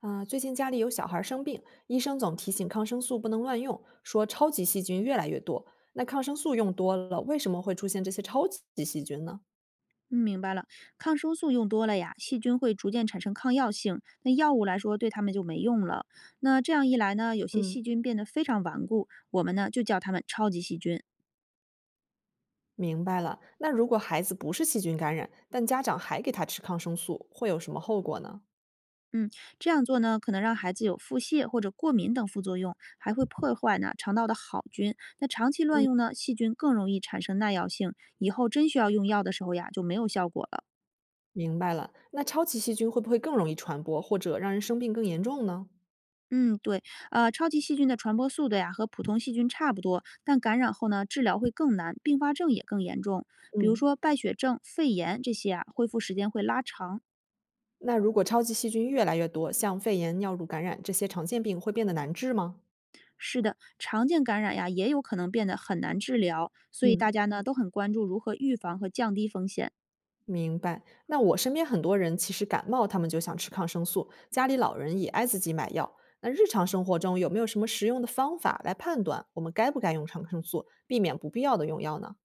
啊，最近家里有小孩生病，医生总提醒抗生素不能乱用，说超级细菌越来越多。那抗生素用多了，为什么会出现这些超级细菌呢？嗯，明白了。抗生素用多了呀，细菌会逐渐产生抗药性，那药物来说对它们就没用了。那这样一来呢，有些嗯，细菌变得非常顽固，我们呢就叫它们超级细菌。明白了。那如果孩子不是细菌感染，但家长还给他吃抗生素，会有什么后果呢？嗯，这样做呢，可能让孩子有腹泻或者过敏等副作用，还会破坏呢肠道的好菌。那长期乱用呢，细菌更容易产生耐药性，以后真需要用药的时候呀，就没有效果了。明白了。那超级细菌会不会更容易传播，或者让人生病更严重呢？嗯，对，超级细菌的传播速度呀和普通细菌差不多，但感染后呢，治疗会更难，并发症也更严重。比如嗯，说败血症、肺炎这些啊，恢复时间会拉长。那如果超级细菌越来越多，像肺炎、尿路感染这些常见病会变得难治吗？是的，常见感染呀也有可能变得很难治疗，所以大嗯。家呢都很关注如何预防和降低风险。明白。那我身边很多人其实感冒，他们就想吃抗生素，家里老人也爱自己买药。那日常生活中有没有什么实用的方法来判断我们该不该用抗生素，避免不必要的用药呢？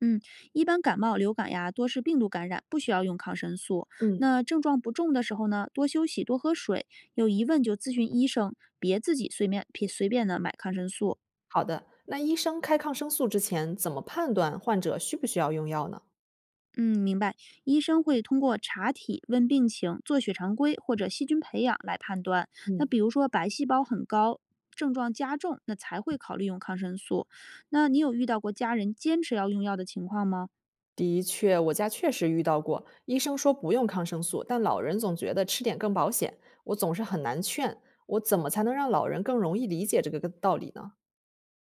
嗯，一般感冒、流感呀多是病毒感染，不需要用抗生素。嗯，那症状不重的时候呢，多休息、多喝水，有疑问就咨询医生，别自己随便的买抗生素。好的，那医生开抗生素之前怎么判断患者需不需要用药呢？嗯，明白。医生会通过查体、问病情、做血常规或者细菌培养来判断。那嗯，比如说白细胞很高，症状加重，那才会考虑用抗生素。那你有遇到过家人坚持要用药的情况吗？的确，我家确实遇到过，医生说不用抗生素，但老人总觉得吃点更保险，我总是很难劝。我怎么才能让老人更容易理解这个道理呢？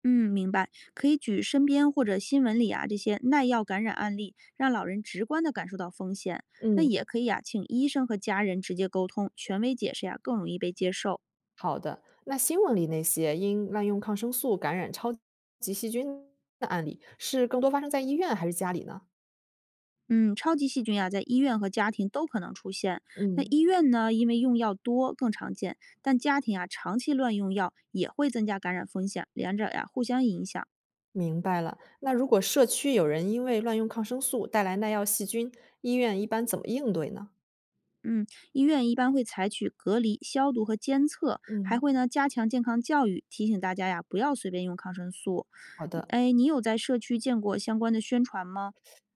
嗯，明白。可以举身边或者新闻里啊这些耐药感染案例，让老人直观的感受到风险。那也嗯，可以啊，请医生和家人直接沟通，权威解释呀、更容易被接受。好的，那新闻里那些因滥用抗生素感染超级细菌的案例，是更多发生在医院还是家里呢？嗯，超级细菌呀、在医院和家庭都可能出现。那嗯，医院呢，因为用药多更常见，但家庭啊长期乱用药也会增加感染风险，两者呀互相影响。明白了。那如果社区有人因为乱用抗生素带来耐药细菌，医院一般怎么应对呢？嗯，医院一般会采取隔离、消毒和监测，还嗯，会呢加强健康教育，提醒大家呀不要随便用抗生素。好的。哎，你有在社区见过相关的宣传吗？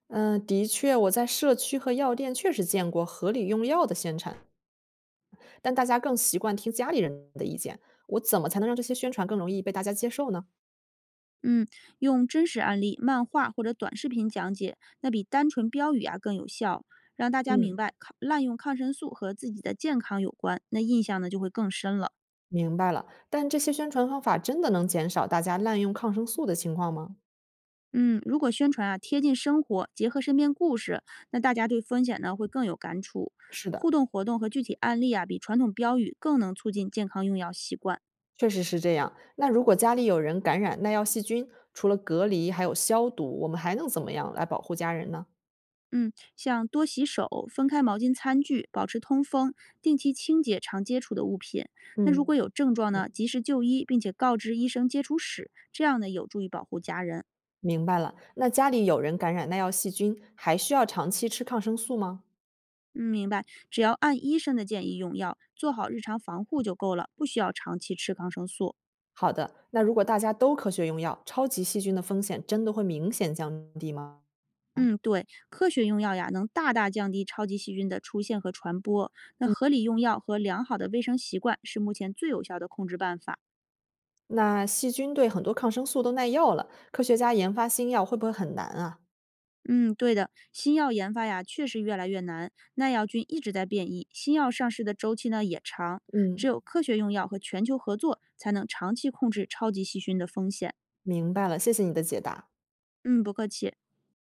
嗯，的确，我在社区和药店确实见过合理用药的宣传，但大家更习惯听家里人的意见。我怎么才能让这些宣传更容易被大家接受呢？嗯，用真实案例、漫画或者短视频讲解，那比单纯标语啊更有效，让大家明嗯。白抗滥用抗生素和自己的健康有关，那印象呢就会更深了。明白了，但这些宣传方法真的能减少大家滥用抗生素的情况吗？嗯，如果宣传啊贴近生活，结合身边故事，那大家对风险呢会更有感触。是的，互动活动和具体案例啊，比传统标语更能促进健康用药习惯。确实是这样。那如果家里有人感染耐药细菌，除了隔离还有消毒，我们还能怎么样来保护家人呢？嗯，像多洗手、分开毛巾、餐具，保持通风，定期清洁常接触的物品。那如果嗯，有症状呢，嗯，及时就医，并且告知医生接触史，这样呢有助于保护家人。明白了。那家里有人感染耐药细菌，还需要长期吃抗生素吗？嗯，明白。只要按医生的建议用药，做好日常防护就够了，不需要长期吃抗生素。好的，那如果大家都科学用药，超级细菌的风险真的会明显降低吗？嗯，对，科学用药呀，能大大降低超级细菌的出现和传播。那嗯，合理用药和良好的卫生习惯是目前最有效的控制办法。那细菌对很多抗生素都耐药了，科学家研发新药会不会很难啊？嗯，对的，新药研发呀，确实越来越难，耐药菌一直在变异，新药上市的周期呢也长，只嗯，有科学用药和全球合作，才能长期控制超级细菌的风险。明白了，谢谢你的解答。嗯，不客气。